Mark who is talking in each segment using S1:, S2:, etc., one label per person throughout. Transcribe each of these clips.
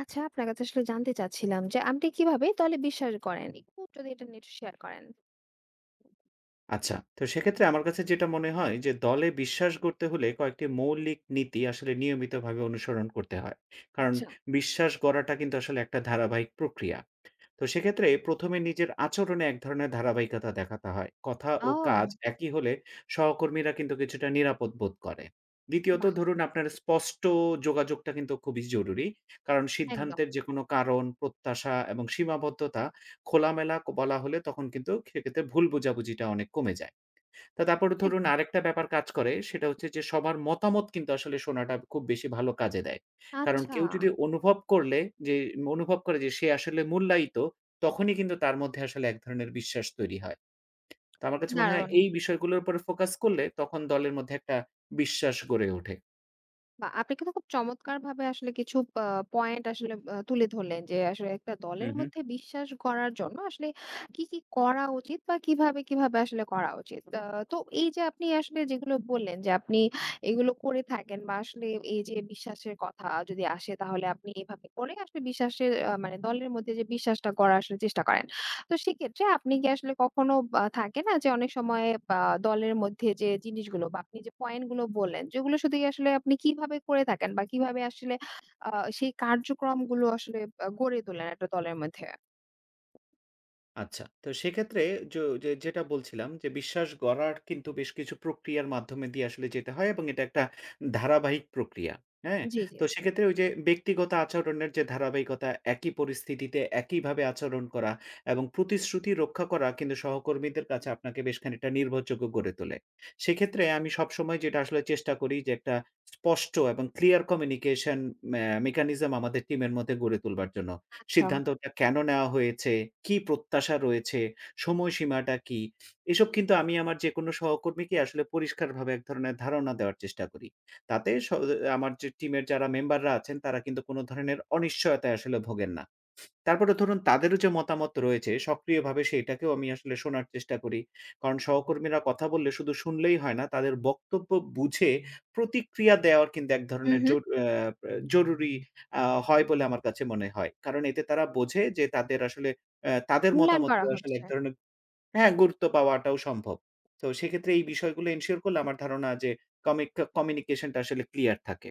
S1: আচ্ছা, আপনার কাছে আসলে জানতে চাচ্ছিলাম যে আপনি কিভাবে দলে বিশ্বাস করেন? একটু যদি এটা নিয়ে একটু শেয়ার করেন।
S2: আচ্ছা। তো সেক্ষেত্রে আমার কাছে যেটা মনে হয় যে দলে বিশ্বাস গড়তে হলে কয়েকটি মৌলিক নীতি আসলে নিয়মিতভাবে অনুসরণ করতে হয়। কারণ
S1: আচ্ছা।
S2: বিশ্বাস গড়াটা কিন্তু আসলে একটা ধারাবাহিক প্রক্রিয়া। তো সেক্ষেত্রে ১ম এ নিজের আচরণে এক ধরনের ধারাবাহিকতা দেখাতে হয়। কথা ও
S1: ও
S2: কাজ একই হলে সহকর্মীরা কিন্তু কিছুটা নিরাপদ বোধ করে। দ্বিতীয়ত
S1: বাহ!
S2: ধরুন আপনার স্পষ্ট যোগাযোগটা কিন্তু খুবই জরুরি। কারণ
S1: একদম,
S2: সিদ্ধান্তের যেকোনো কারণ, প্রত্যাশা এবং সীমাবদ্ধতা খোলামেলা বলা হলে তখন কিন্তু সেক্ষেত্রে ভুল বোঝাবুঝিটা অনেক কমে যায়। তো তারপরে ধরুন
S1: একদম।
S2: আরেকটা ব্যাপার কাজ করে সেটা হচ্ছে যে সবার মতামত কিন্তু আসলে শোনাটা খুব বেশি ভালো কাজে দেয়। কারণ
S1: আচ্ছা,
S2: কেউ যদি অনুভব করলে যে অনুভব করে যে সে আসলে মূল্যায়িত, তখনই কিন্তু তার মধ্যে আসলে এক ধরনের বিশ্বাস তৈরি হয়। তো আমার কাছে মনে হয়
S1: দারুণ।
S2: এই বিষয়গুলোর উপরে ফোকাস করলে তখন দলের মধ্যে একটা বিশ্বাস গড়ে ওঠে।
S1: বাহ! আপনি কিন্তু খুব চমৎকারভাবে আসলে কিছু আ পয়েন্ট আসলে তুলে ধরলেন যে, আসলে একটা
S2: হু,
S1: দলের
S2: হু।
S1: মধ্যে বিশ্বাস গড়ার জন্য আসলে কি, কি করা উচিত বা কিভাবে আসলে করা উচিত। তো এই যে আপনি আসলে যেগুলো বললেন যে, আপনি এগুলো করে থাকেন বা আসলে এই যে বিশ্বাসের কথা যদি আসে তাহলে আপনি এভাবে করে আসলে বিশ্বাসের মানে দলের মধ্যে যে বিশ্বাসটা গড়ার আসলে চেষ্টা করেন। তো সেক্ষেত্রে আপনি কি আসলে কখনো বা থাকে না যে অনেক সময় বা দলের মধ্যে যে জিনিসগুলো বা আপনি যে পয়েন্টগুলো বললেন, যেগুলো শুধু আসলে আপনি কিভাবে করে থাকেন বা কিভাবে আসলে আ সেই কার্যক্রমগুলো আসলে গড়ে তোলেন একটা দলের মধ্যে?
S2: আচ্ছা। তো সেক্ষেত্রে য যে যেটা বলছিলাম যে বিশ্বাস গড়ার কিন্তু বেশ কিছু প্রক্রিয়ার মাধ্যমে দিয়ে আসলে যেতে হয় এবং এটা একটা ধারাবাহিক প্রক্রিয়া। হ্যাঁ?
S1: জি, জি।
S2: তো সেক্ষেত্রে ওই যে ব্যক্তিগত আচরণের যে ধারাবাহিকতা, একই পরিস্থিতিতে একইভাবে আচরণ করা এবং প্রতিশ্রুতি রক্ষা করা কিন্তু সহকর্মীদের কাছে আপনাকে বেশ খানিকটা নির্ভরযোগ্য গড়ে তোলে। সেক্ষেত্রে আমি সবসময় যেটা আসলে চেষ্টা করি যে একটা স্পষ্ট এবং ক্লিয়ার কমিউনিকেশন মেকানিজম আমাদের টিমের মধ্যে গড়ে তুলবার জন্য।
S1: আচ্ছা।
S2: সিদ্ধান্তটা কেন নেওয়া হয়েছে? কি প্রত্যাশা রয়েছে? সময়সীমাটা কি? এসব কিন্তু আমি আমার যেকোনো সহকর্মীকে আসলে পরিষ্কারভাবে এক ধরনের ধারণা দেওয়ার চেষ্টা করি। তাতে স আমার যে টিমের যারা মেম্বাররা আছেন তারা কিন্তু কোনো ধরনের অনিশ্চয়তায় আসলে ভোগেন না। তারপরে ধরুন তাদেরও যে মতামত রয়েছে সক্রিয়ভাবে সেটাকেও আমি আসলে শোনার চেষ্টা করি। কারণ সহকর্মীরা কথা বললে শুধু শুনলেই হয় না, তাদের বক্তব্য বুঝে প্রতিক্রিয়া দেওয়ার কিন্তু এক
S1: হু,
S2: ধরনের
S1: হু।
S2: জরুরি আ হয় বলে আমার কাছে মনে হয়। কারণ এতে তারা বোঝে যে তাদের
S1: মূল্যায়ন করা
S2: মতামতের আসলে
S1: হচ্ছে।
S2: এক ধরনের হ্যাঁ, গুরুত্ব পাওয়াটাও সম্ভব। তো সেক্ষেত্রে এই বিষয়গুলো এনশিওর করলে আমার ধারণা যে কমিক কমিউনিকেশন টা আসলে ক্লিয়ার থাকে।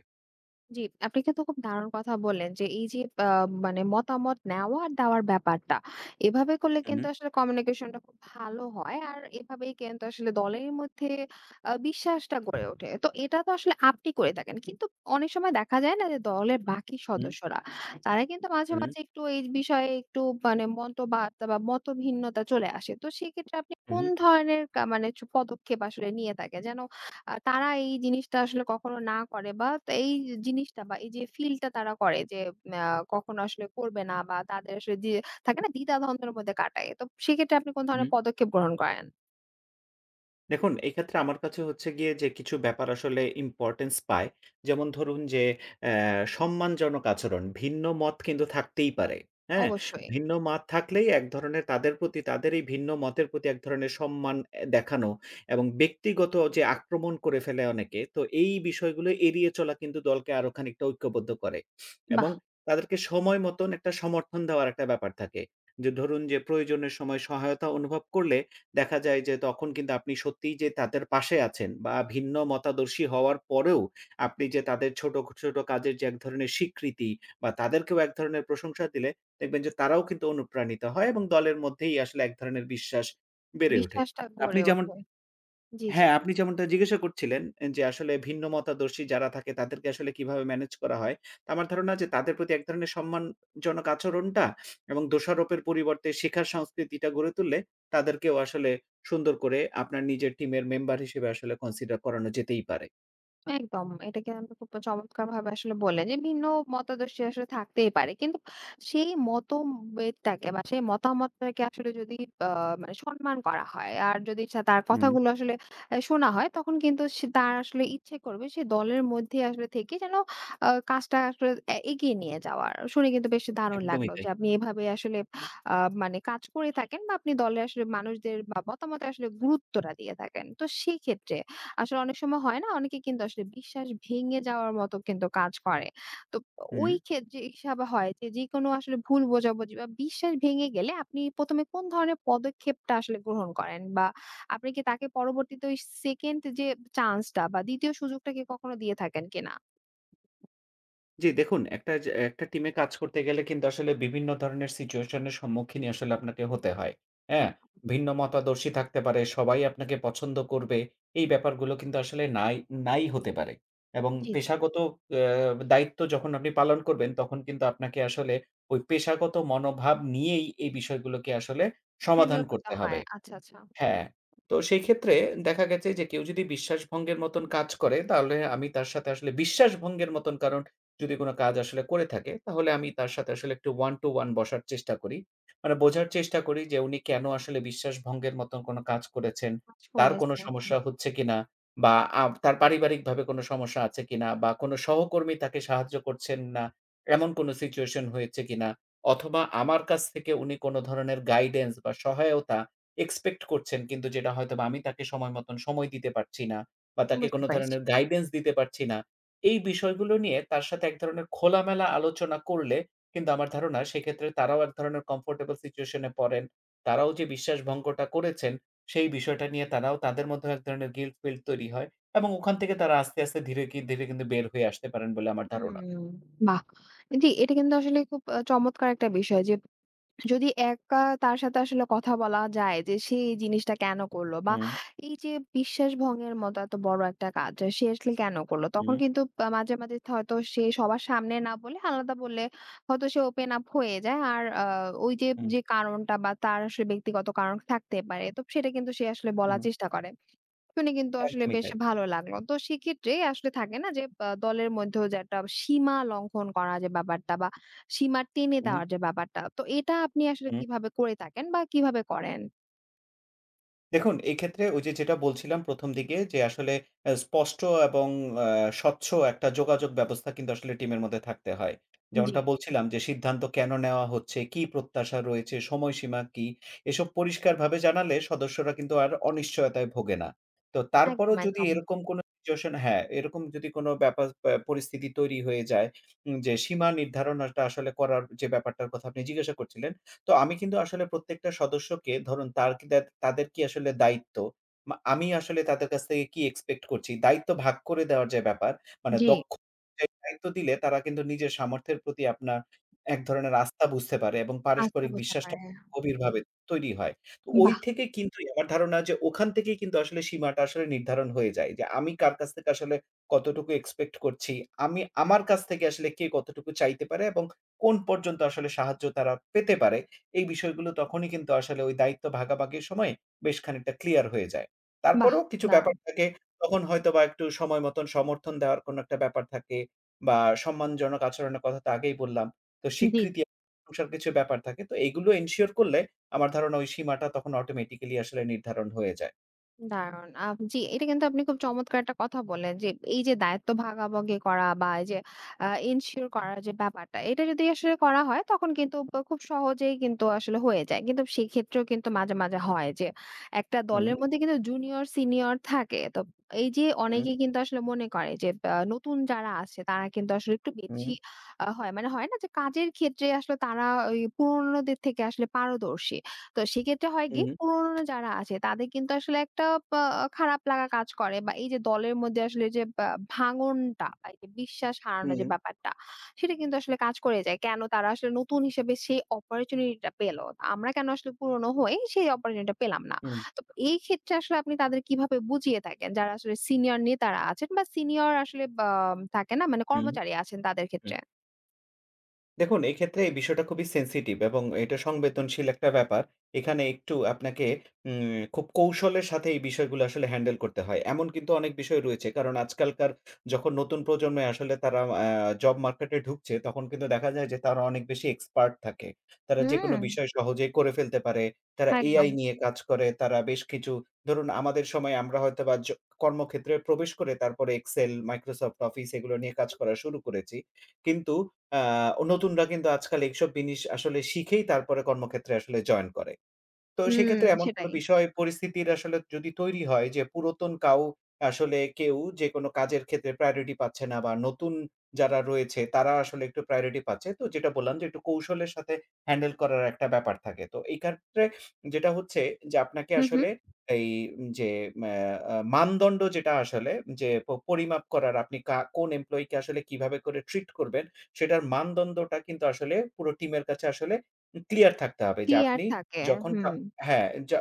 S1: জি, আপনি কিন্তু খুব দারুণ কথা বললেন যে এই যে আ মানে মতামত নেওয়া আর দেওয়ার ব্যাপারটা। এভাবে করলে
S2: হুম,
S1: কিন্তু আসলে কমিউনিকেশনটা খুব ভালো হয়। আর এভাবেই কিন্তু আসলে দলের মধ্যে বিশ্বাসটা গড়ে ওঠে। তো এটা তো আসলে আপনি করে থাকেন। কিন্তু অনেক সময় দেখা যায় না যে দলের বাকি
S2: হুম,
S1: সদস্যরা তারা কিন্তু মাঝে,
S2: হুম,
S1: মাঝে একটু এই বিষয়ে একটু মানে মতবাদ বা মতভিন্নতা চলে আসে। তো সেক্ষেত্রে আপনি
S2: হুম,
S1: কোন
S2: হুম।
S1: ধরনের মানে পদক্ষেপ আসলে নিয়ে থাকেন যেন তারা এই জিনিসটা আসলে কখনো না করে বা এই জিনিসটা বা এই যে ফিলটা তারা করে যে আ কখনো আসলে করবে না বা তাদের আসলে যে থাকে না দ্বিধা-দ্বন্দ্বের মধ্যে কাটায়। তো সেক্ষেত্রে আপনি কোন ধরনের পদক্ষেপ গ্রহণ করেন?
S2: দেখুন, এই ক্ষেত্রে আমার কাছে হচ্ছে গিয়ে যে কিছু ব্যাপার আসলে ইম্পোর্টেন্স পায়। যেমন ধরুন যে অ্যা সম্মানজনক আচরণ। ভিন্ন মত কিন্তু থাকতেই পারে। হ্যাঁ?
S1: অবশ্যই।
S2: ভিন্ন মত থাকলেই এক ধরনের তাদের এই ভিন্ন মতের প্রতি এক ধরনের সম্মান দেখানো এবং ব্যক্তিগত যে আক্রমণ করে ফেলে অনেকে, তো এই বিষয়গুলো এড়িয়ে চলা কিন্তু দলকে আরো খানিকটা ঐক্যবদ্ধ করে।
S1: বাহ!
S2: এবং তাদেরকে সময় মতন একটা সমর্থন দেওয়ার একটা ব্যাপার থাকে। যে ধরুন যে প্রয়োজনের সময় সহায়তা অনুভব করলে দেখা যায় যে তখন কিন্তু আপনি সত্যিই যে তাদের পাশে আছেন বা ভিন্ন মতাদর্শী হওয়ার পরেও আপনি যে তাদের ছোট, ছোট কাজের যে এক ধরনের স্বীকৃতি বা তাদেরকেও এক ধরনের প্রশংসা দিলে দেখবেন যে তারাও কিন্তু অনুপ্রাণিত হয় এবং দলের মধ্যেই আসলে এক ধরনের বিশ্বাস বেড়ে ওঠে।
S1: বিশ্বাসটা
S2: আপনি
S1: গড়ে ওঠে।
S2: যেমনটা
S1: জি, জি।
S2: হ্যাঁ, আপনি যেমনটা জিজ্ঞাসা করছিলেন যে আসলে ভিন্ন মতাদর্শী যারা থাকে তাদেরকে আসলে কিভাবে ম্যানেজ করা হয়। তো আমার ধারণা যে তাদের প্রতি এক ধরনের সম্মানজনক আচরণটা এবং দোষারোপের পরিবর্তে শেখার সংস্কৃতিটা গড়ে তুললে তাদেরকেও আসলে সুন্দর করে আপনার নিজের টিমের মেম্বার হিসেবে আসলে কনসিডার করানো যেতেই পারে।
S1: একদম। এটা কিন্তু খুব চমৎকারভাবে আসলে বললেন যে ভিন্ন মতাদর্শী আসলে থাকতেই পারে। কিন্তু সেই মতভেদটাকে বা সেই মতামতটাকে আসলে যদি আ মানে সম্মান করা হয় আর যদি তার
S2: হুম।
S1: কথাগুলো আসলে শোনা হয় তখন কিন্তু সে তার আসলে ইচ্ছে করবে সে দলের মধ্যে আসলে থেকে যেন কাজটা আসলে এগিয়ে নিয়ে যাওয়ার। শুনে কিন্তু বেশ দারুণ
S2: একদমই
S1: লাগলো যে
S2: তাই।
S1: আপনি এভাবে আসলে আ মানে কাজ করে থাকেন বা আপনি দলে আসলে মানুষদের বা মতামতে আসলে গুরুত্বটা দিয়ে থাকেন। তো সেক্ষেত্রে আসলে অনেক সময় হয় না? অনেকে কিন্তু আসলে বিশ্বাস ভেঙে যাওয়ার মতো কিন্তু কাজ করে। তো
S2: হুম।
S1: ওই ক্ষেত্রে হিসাবে হয় যে, যেকোনো আসলে ভুল বোঝাবুঝি বা বিশ্বাস ভেঙে গেলে আপনি ১ম এ কোন ধরনের পদক্ষেপটা আসলে গ্রহণ করেন? বা আপনি কি তাকে পরবর্তীতে ওই 2nd যে চান্সটা বা ২য় সুযোগটা কি কখনো দিয়ে থাকেন কিনা?
S2: জি, দেখুন একটা টিমে কাজ করতে গেলে কিন্তু আসলে বিভিন্ন ধরনের সিচুয়েশন এর সম্মুখীনই আসলে আপনাকে হতে হয়। হ্যাঁ?
S1: একদম।
S2: ভিন্ন মতাদর্শী থাকতে পারে, সবাই আপনাকে পছন্দ করবে। এই ব্যাপারগুলো কিন্তু আসলে নাই নাই হতে পারে। এবং
S1: জি, জি।
S2: পেশাগত দায়িত্ব যখন আপনি পালন করবেন, তখন কিন্তু আপনাকে আসলে ওই পেশাগত মনোভাব নিয়েই এই বিষয়গুলোকে আসলে
S1: হ্যান্ডেল
S2: সমাধান
S1: করতে
S2: করতে
S1: হয়।
S2: হবে।
S1: আচ্ছা, আচ্ছা।
S2: হ্যাঁ, তো সেই ক্ষেত্রে দেখা গেছে যে কেউ যদি বিশ্বাসভঙ্গের মতন কাজ করে তাহলে আমি তার সাথে আসলে বিশ্বাসভঙ্গের মতন কারণ যদি কোন কাজ আসলে করে থাকে তাহলে আমি তার সাথে আসলে একটু one to one বসার চেষ্টা করি। মানে বোঝার চেষ্টা করি যে উনি কেন আসলে বিশ্বাসভঙ্গের মতন কোন কাজ করেছেন,
S1: কাজ
S2: তার কোন
S1: করেছে।
S2: সমস্যা হচ্ছে কিনা বা তার পারিবারিকভাবে কোন সমস্যা আছে কিনা বা কোন সহকর্মী তাকে সাহায্য করছেন না, এমন কোন সিচুয়েশন হয়েছে কিনা অথবা আমার কাছ থেকে উনি কোন ধরনের গাইডেন্স বা সহায়তা এক্সপেক্ট করছেন কিন্তু যেটা হয়তোবা আমি তাকে সময় মতন সময় দিতে পারছি না বা তাকে
S1: বুঝতে
S2: কোনো
S1: পারছি।
S2: ধরনের গাইডেন্স দিতে পারছি না। এই বিষয়গুলো নিয়ে তার সাথে এক ধরনের খোলামেলা আলোচনা করলে কিন্তু আমার ধারণা সেক্ষেত্রে তারাও এক ধরনের কমফোর্টেবল সিচুয়েশন এ পড়েন। তারাও যে বিশ্বাস ভঙ্গটা করেছেন সেই বিষয়টা নিয়ে তারাও তাদের মধ্যেও এক ধরনের গিল্ট ফিল্ট তৈরি হয় এবং ওখান থেকে তারা আস্তে, আস্তে ধীরে কিন্তু বের হয়ে আসতে পারেন বলে আমার ধারণা।
S1: হুম, বাহ! জি, এটা কিন্তু আসলে খুব চমৎকার একটা বিষয় যে যদি একা তার সাথে আসলে কথা বলা যায় যে সে এই জিনিসটা কেন করলো বা
S2: হুম,
S1: এই যে বিশ্বাস ভঙ্গের মতো এত বড় একটা কাজ সে আসলে কেন করলো তখন
S2: হুম,
S1: কিন্তু মাঝে মাঝে হয়তো সে সবার সামনে না বলে আলাদা বললে হয়তো সে ওপেন আপ হয়ে যায় আর ওই যে
S2: হুম,
S1: যে কারণটা বা তার আসলে ব্যক্তিগত কারণ থাকতে পারে তো সেটা কিন্তু সে আসলে
S2: হুম।
S1: বলার চেষ্টা করে শুনে কিন্তু আসলে
S2: একদমই
S1: বেশ
S2: তাই।
S1: ভালো লাগলো। তো সেক্ষেত্রে আসলে থাকে না যে দলের মধ্যেও যে একটা সীমা লঙ্ঘন করা যে ব্যাপারটা বা সীমা টেনে
S2: হুম,
S1: দেওয়ার যে ব্যাপারটা। তো এটা আপনি আসলে
S2: হুম।
S1: কিভাবে করে থাকেন বা কিভাবে করেন?
S2: দেখুন, এক্ষেত্রে ওই যে যেটা বলছিলাম ১ম দিকে যে আসলে স্পষ্ট এবং আ স্বচ্ছ একটা যোগাযোগ ব্যবস্থা কিন্তু আসলে টিমের মধ্যে থাকতে হয়।
S1: জি।
S2: যেমনটা বলছিলাম যে সিদ্ধান্ত কেন নেওয়া হচ্ছে, কি প্রত্যাশা রয়েছে, সময়সীমা কি? এসব পরিষ্কারভাবে জানালে সদস্যরা কিন্তু আর অনিশ্চয়তায় ভোগে না। তো তারপরও
S1: একদম,
S2: যদি
S1: একদম।
S2: এরকম কোনো সিচুয়েশন হ্যাঁ, এরকম যদি কোনো ব্যাপার প্যা পরিস্থিতি তৈরি হয়ে যায়, যে সীমা নির্ধারণটা আসলে করার যে ব্যাপারটার কথা আপনি জিজ্ঞাসা করছিলেন, তো আমি কিন্তু আসলে প্রত্যেকটা সদস্যকে ধরুন তার কি দা তাদের কি আসলে দায়িত্ব, আমি আসলে তাদের কাছ থেকে কি এক্সপেক্ট করছি, দায়িত্ব ভাগ করে দেওয়ার যে ব্যাপার, মানে
S1: জি,
S2: দক্ষ অনুযায়ী দায়িত্ব দিলে তারা কিন্তু নিজের সামর্থ্যের প্রতি আপনার এক ধরনের আস্থা বুঝতে পারে এবং
S1: আস্থা
S2: পারস্পরিক
S1: বোঝা
S2: বিশ্বাসটা
S1: পারে।
S2: গভীরভাবে তৈরি হয়। তো ওই
S1: বাহ!
S2: থেকে কিন্তু আমার ধারণা যে ওখান থেকেই কিন্তু আসলে সীমাটা আসলে নির্ধারণ হয়ে যায় যে আমি কার কাছ থেকে আসলে কতটুকু এক্সপেক্ট করছি, আমি আমার কাছ থেকে আসলে কে কতটুকু চাইতে পারে এবং কোন পর্যন্ত আসলে সাহায্য তারা পেতে পারে। এই বিষয়গুলো তখনই কিন্তু আসলে ওই দায়িত্ব ভাগাভাগির সময় বেশ খানিকটা ক্লিয়ার হয়ে যায়।
S1: বাহ!
S2: তারপরেও কিছু
S1: দারুণ।
S2: ব্যাপার থাকে, তখন হয়তোবা একটু সময় মতন সমর্থন দেওয়ার কোনো একটা ব্যাপার থাকে বা সম্মানজনক আচরণের কথা তো আগেই বললাম। তো
S1: জি।
S2: স্বীকৃতি প্রশংসার কিছু ব্যাপার থাকে। তো এগুলো এনশিওর করলে আমার ধারণা ওই সীমাটা তখন অটোমেটিক্যালি আসলে নির্ধারণ হয়ে যায়।
S1: দারুণ। জি, এটা কিন্তু আপনি খুব চমৎকার একটা কথা বললেন যে, এই যে দায়িত্ব ভাগাভাগি করা বা এই যে এনশিওর করার যে ব্যাপারটা, এটা যদি আসলে করা হয় তখন কিন্তু খুব সহজেই কিন্তু আসলে হয়ে যায়। কিন্তু সেক্ষেত্রেও কিন্তু মাঝে, মাঝে হয় যে একটা
S2: হুম,
S1: দলের মধ্যে কিন্তু জুনিয়র, সিনিয়র থাকে। তো এই যে
S2: হুম,
S1: অনেকেই কিন্তু আসলে মনে করে যে নতুন যারা আছে তারা কিন্তু আসলে একটু
S2: হুম,
S1: বেশি হয়। মানে হয় না যে কাজের ক্ষেত্রে আসলে তারা ওই পুরনোদের থেকে আসলে পারদর্শী। তো সেক্ষেত্রে হয় কি
S2: হুম,
S1: পুরনো যারা আছে তাদের কিন্তু আসলে একটা বা খারাপ লাগা কাজ করে বা এই যে দলের মধ্যে আসলে যে বা ভাঙনটা বা এই যে বিশ্বাস
S2: হুম,
S1: হারানোর যে
S2: হুম,
S1: ব্যাপারটা সেটা কিন্তু আসলে কাজ করে যায়। কেন তারা আসলে নতুন হিসেবে সেই অপরচুনিটিটা পেল। আমরা কেন আসলে পুরনো হয়ে সেই অপরচুনিটিটা পেলাম না।
S2: হুম,
S1: তো এই ক্ষেত্রে আসলে আপনি তাদের কিভাবে বুঝিয়ে থাকেন? যারা আসলে সিনিয়র নেতারা আছেন বা সিনিয়র আসলে বা থাকে না মানে
S2: হুম।
S1: কর্মচারী আছেন তাদের ক্ষেত্রে।
S2: দেখুন, এক্ষেত্রে এই বিষয়টা খুবই সেনসিটিভ এবং এটা সংবেদনশীল একটা ব্যাপার। এখানে একটু আপনাকে খুব কৌশলের সাথে এই বিষয়গুলো আসলে হ্যান্ডেল করতে হয়। এমন কিন্তু অনেক বিষয় রয়েছে। কারণ আজকালকার যখন নতুন প্রজন্মে আসলে তারা আ জব মার্কেটে ঢুকছে, তখন কিন্তু দেখা যায় যে তারা অনেক বেশি এক্সপার্ট থাকে। তারা
S1: হুম,
S2: যেকোনো বিষয় সহজেই করে ফেলতে পারে। তারা
S1: একদম।
S2: AI নিয়ে কাজ করে, তারা বেশ কিছু ধরুন আমাদের সময় আমরা হয়তোবা কর্মক্ষেত্রে প্রবেশ করে তারপরে Excel, Microsoft Office এগুলো নিয়ে কাজ করা শুরু করেছি। কিন্তু আ নতুনরা কিন্তু আজকাল এইসব জিনিস আসলে শিখেই তারপরে কর্মক্ষেত্রে আসলে জয়েন করে। তো
S1: হুম,
S2: সেক্ষেত্রে এমন কোনো
S1: সেটাই।
S2: বিষয় পরিস্থিতির আসলে যদি তৈরি হয় যে পুরাতন কাউ আসলে কেউ যে কোনো কাজের ক্ষেত্রে প্রায়োরিটি পাচ্ছে না বা নতুন যারা রয়েছে তারা আসলে একটু প্রায়োরিটি পাচ্ছে। তো যেটা বললাম যে একটু কৌশলের সাথে হ্যান্ডেল করার একটা ব্যাপার থাকে। তো এই ক্ষেত্রে যেটা হচ্ছে যে আপনাকে
S1: হুম, হুম।
S2: আসলে এই যে ম্যা আ মানদণ্ড যেটা আসলে যে প পরিমাপ করার আপনি কোন এমপ্লয়িকে আসলে কিভাবে করে ট্রিট করবেন সেটার মানদণ্ডটা কিন্তু আসলে পুরো টিমের কাছে আসলে ক্লিয়ার থাকতে হবে যে
S1: ক্লিয়ার
S2: আপনি
S1: থাকে।
S2: যখন
S1: হুম।
S2: কা হ্যাঁ, য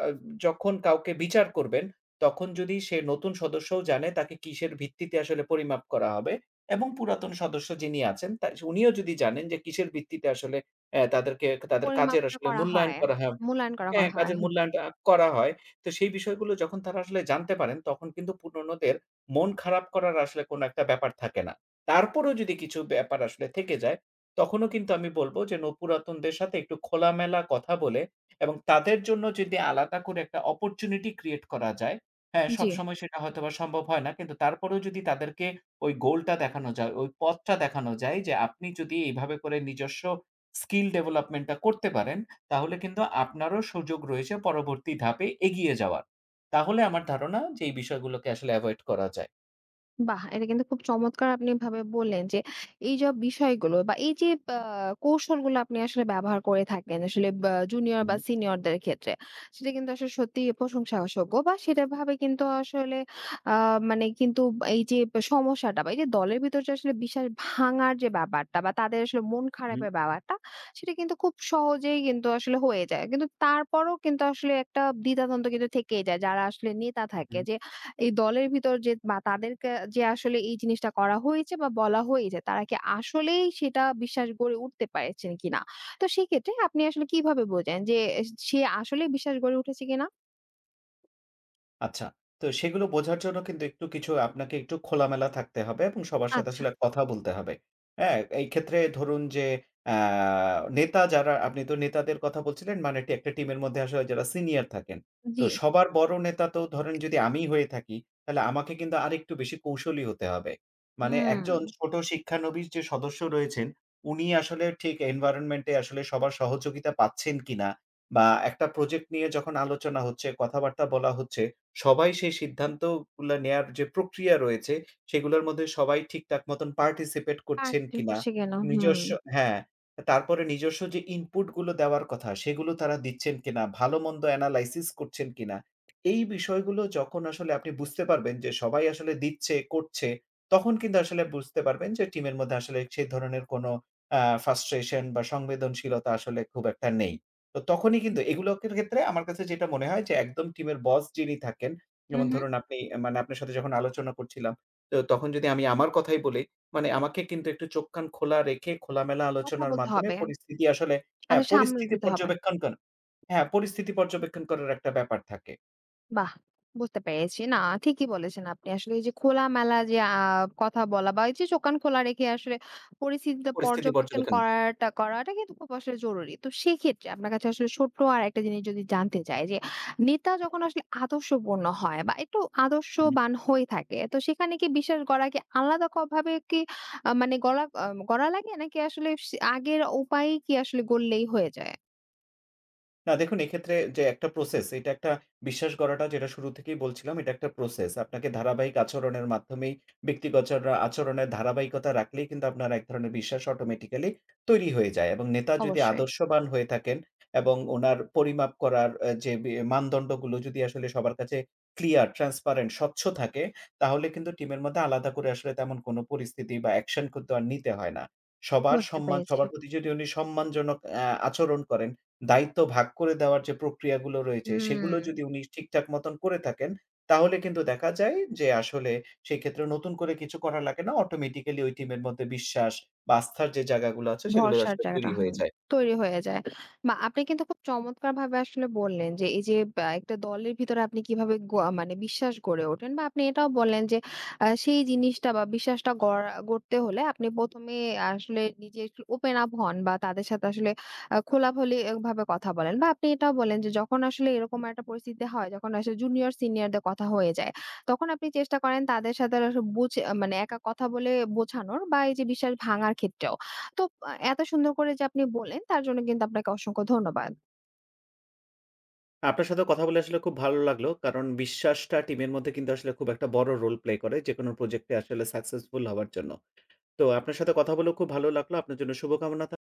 S2: যখন কাউকে বিচার করবেন, তখন যদি সে নতুন সদস্যও জানে তাকে কিসের ভিত্তিতে আসলে পরিমাপ করা হবে এবং পুরাতন সদস্য যিনি আছেন তা উনিও যদি জানেন যে কিসের ভিত্তিতে আসলে অ্যা তাদেরকে তাদের কাজের
S1: পরিমাপটা
S2: আসলে
S1: করা
S2: মূল্যায়ন
S1: হয়।
S2: করা হা
S1: মূল্যায়ন করা,
S2: হ্যাঁ,
S1: করা হয়।
S2: কাজের
S1: হুম,
S2: মূল্যায়নটা করা হয়। তো সেই বিষয়গুলো যখন তারা আসলে জানতে পারেন, তখন কিন্তু পুরনোদের মন খারাপ করার আসলে কোনো একটা ব্যাপার থাকে না। তারপরেও যদি কিছু ব্যাপার আসলে থেকে যায়, তখনও কিন্তু আমি বলব যে পুরাতনদের সাথে একটু খোলামেলা কথা বলে এবং তাদের জন্য যদি আলাদা করে একটা অপরচুনিটি ক্রিয়েট করা যায়, হ্যাঁ,
S1: জি।
S2: সবসময় সেটা হয়তোবা সম্ভব হয় না। কিন্তু তারপরেও যদি তাদেরকে ওই গোলটা দেখানো যায়, ওই পথটা দেখানো যায় যে আপনি যদি এইভাবে করে নিজস্ব স্কিল ডেভেলপমেন্টটা করতে পারেন তাহলে কিন্তু আপনারও সুযোগ রয়েছে পরবর্তী ধাপে এগিয়ে যাওয়ার। তাহলে আমার ধারণা যে এই বিষয়গুলোকে আসলে এভয়েড করা যায়।
S1: বাহ! এটা কিন্তু খুব চমৎকার আপনি ভাবে বললেন যে, এইসব বিষয়গুলো বা এই যে আ কৌশলগুলো আপনি আসলে ব্যবহার করে থাকেন আসলে বা জুনিয়র বা
S2: হুম,
S1: সিনিয়রদের ক্ষেত্রে। সেটা কিন্তু আসলে সত্যিই প্রশংসাযোগ্য বা সেটা ভাবে কিন্তু আসলে আ মানে কিন্তু এই যে সমস্যাটা বা এই যে দলের ভিতর যে আসলে বিশ্বাস ভাঙার যে ব্যাপারটা বা তাদের আসলে মন
S2: হুম,
S1: খারাপের ব্যাপারটা, সেটা কিন্তু খুব সহজেই কিন্তু আসলে হয়ে যায়। কিন্তু তারপরও কিন্তু আসলে একটা দ্বিধাদ্বন্দ্ব কিন্তু থেকেই যায়। যারা আসলে নেতা থাকে
S2: হুম।
S1: যে এই দলের ভিতর যে বা তাদেরকে যে আসলে এই জিনিসটা করা হয়েছে বা বলা হয়েছে, তারা কি আসলেই সেটা বিশ্বাস গড়ে উঠতে পেরেছেন কিনা? তো সেক্ষেত্রে আপনি আসলে কিভাবে বোঝেন যে সে আসলেই বিশ্বাস গড়ে উঠেছে কিনা?
S2: আচ্ছা। তো সেগুলো বোঝার জন্য কিন্তু একটু কিছু আপনাকে একটু খোলামেলা থাকতে হবে এবং সবার সাথে
S1: আচ্ছা,
S2: আসলে কথা বলতে হবে। হ্যাঁ? এই ক্ষেত্রে ধরুন যে আ নেতা যারা আপনি তো নেতাদের কথা বলছিলেন মানে একটা টিমের মধ্যে আসলে যারা সিনিয়র থাকেন। তো
S1: জি।
S2: সবার বড় নেতা তো ধরেন যদি আমি হয়ে থাকি, তাহলে আমাকে কিন্তু আরেকটু বেশি কৌশলী হতে হবে। মানে
S1: হুম।
S2: একজন ছোট শিক্ষানবিশ যে সদস্য রয়েছেন, উনি আসলে ঠিক environment এ আসলে সবার সহযোগিতা পাচ্ছেন কিনা বা একটা প্রজেক্ট নিয়ে যখন আলোচনা হচ্ছে, কথাবার্তা বলা হচ্ছে, সবাই সেই সিদ্ধান্তগুলা নেয়ার যে প্রক্রিয়া রয়েছে, সেগুলোর মধ্যে সবাই ঠিকঠাক মতন participate করছেন
S1: কাটতে
S2: কিনা?
S1: করছে কিনা? হুম।
S2: নিজস্ব হ্যাঁ, তারপরে নিজস্ব যে input গুলো দেওয়ার কথা, সেগুলো তারা দিচ্ছেন কিনা? ভালো-মন্দ analysis করছেন কিনা? এই বিষয়গুলো যখন আসলে আপনি বুঝতে পারবেন যে সবাই আসলে দিচ্ছে, করছে, তখন কিন্তু আসলে বুঝতে পারবেন যে টিমের মধ্যে আসলে সেই ধরনের কোনো frustration বা সংবেদনশীলতা আসলে খুব একটা নেই। তো তখনই কিন্তু এগুলোর ক্ষেত্রে আমার কাছে যেটা মনে হয় যে একদম টিমের বস যিনি থাকেন,
S1: হু,
S2: যেমন
S1: হু।
S2: ধরুন আপনি, মানে আপনার সাথে যখন আলোচনা করছিলাম, তো তখন যদি আমি আমার কথাই বলি, মানে আমাকে কিন্তু একটু চোখ কান খোলা রেখে খোলামেলা
S1: কথা
S2: আলোচনার
S1: বলতে
S2: মাধ্যমে
S1: হবে। আচ্ছা সামনে
S2: পরিস্থিতি
S1: দিতে হবে।
S2: পর্যবেক্ষণ হ্যাঁ, পরিস্থিতি পর্যবেক্ষণ করার একটা ব্যাপার থাকে।
S1: বাহ! বুঝতে পেরেছি। না, ঠিকই বলেছেন আপনি। আসলে এই যে খোলামেলা যে কথা বলা বা এই যে চোখ কান খোলা রেখে আসলে পরিস্থিতিটা
S2: পরিস্থিতি
S1: পর্যবেক্ষণ
S2: পর্যবেক্ষণ।
S1: করাটা করাটা কিন্তু খুব আসলে জরুরি। তো সেক্ষেত্রে আপনার কাছে আসলে ছোট্ট আরেকটা জিনিস যদি জানতে চাই যে, নেতা যখন আসলে আদর্শপূর্ণ হয় বা একটু আদর্শবান হয়ে থাকে, তো সেখানে কি বিশ্বাস গড়া কি আলাদা ভাবে কি মানে গড়া লাগে? নাকি আসলে সে আগের উপায়েই কি আসলে গড়লেই হয়ে যায়?
S2: না দেখুন এক্ষেত্রে যে একটা প্রসেস, এটা একটা বিশ্বাস গড়াটা যেটা শুরু থেকেই বলছিলাম, এটা একটা প্রসেস। আপনাকে ধারাবাহিক আচরণের মাধ্যমেই ব্যক্তিগত আচর আচরণের ধারাবাহিকতা রাখলেই কিন্তু আপনার এক ধরনের বিশ্বাস অটোমেটিক্যালি তৈরি হয়ে যায় এবং নেতা যদি
S1: অবশ্যই,
S2: আদর্শবান হয়ে থাকেন এবং উনার পরিমাপ করার অ্যা যে বি মানদণ্ডগুলো যদি আসলে সবার কাছে ক্লিয়ার, ট্রান্সপারেন্ট, স্বচ্ছ থাকে, তাহলে কিন্তু টিমের মধ্যে আলাদা করে আসলে তেমন কোনো পরিস্থিতি বা অ্যাকশন কিন্তু আর নিতে হয় না।
S1: বুঝতে পেরেছি।
S2: সবার প্রতি যদি উনি সম্মানজনক আচরণ করেন, দায়িত্ব ভাগ করে দেওয়ার যে প্রক্রিয়াগুলো রয়েছে,
S1: হুম।
S2: সেগুলো যদি উনি ঠিকঠাক মতন করে থাকেন, তাহলে কিন্তু দেখা যায় যে আসলে সেক্ষেত্রে নতুন করে কিছু করা লাগে না। অটোমেটিক্যালি ওই টিমের মধ্যে বিশ্বাস বা আস্থার যে জায়গাগুলো আছে, সেগুলো
S1: ভরসার
S2: আসলে
S1: জায়গাটা
S2: তৈরি হয়ে যায়।
S1: তৈরি হয়ে যায়। বা আপনি কিন্তু খুব চমৎকারভাবে আসলে বললেন যে এই যে বা একটা দলের ভিতরে আপনি কিভাবে মানে বিশ্বাস গড়ে ওঠেন বা আপনি এটাও বললেন যে সেই জিনিসটা বা বিশ্বাসটা গড়তে হলে আপনি ১ম এ আসলে নিজে একটু ওপেন আপ হন বা তাদের সাথে আসলে খোলাখুলি ভাবে কথা বলেন বা আপনি এটাও বলেন যে যখন আসলে এরকম একটা পরিস্থিতি হয় যখন আসলে জুনিয়র সিনিয়রদের কথা হয়ে যায়, তখন আপনি চেষ্টা করেন তাদের সাথে আসলে বুঝে মানে একা কথা বলে বোঝানোর বা এই যে বিশ্বাস ভাঙার ক্ষেত্রেও। তো এত সুন্দর করে যে আপনি বললেন তার জন্য কিন্তু আপনাকে অসংখ্য ধন্যবাদ।
S2: আপনার সাথে কথা বলে আসলে খুব ভালো লাগলো। কারণ বিশ্বাসটা টিমের মধ্যে কিন্তু আসলে খুব একটা বড় রোল প্লে করে যেকোনো প্রজেক্টে আসলে সাকসেসফুল হওয়ার জন্য। তো আপনার সাথে কথা বলেও খুব ভালো লাগলো। আপনার জন্য শুভকামনা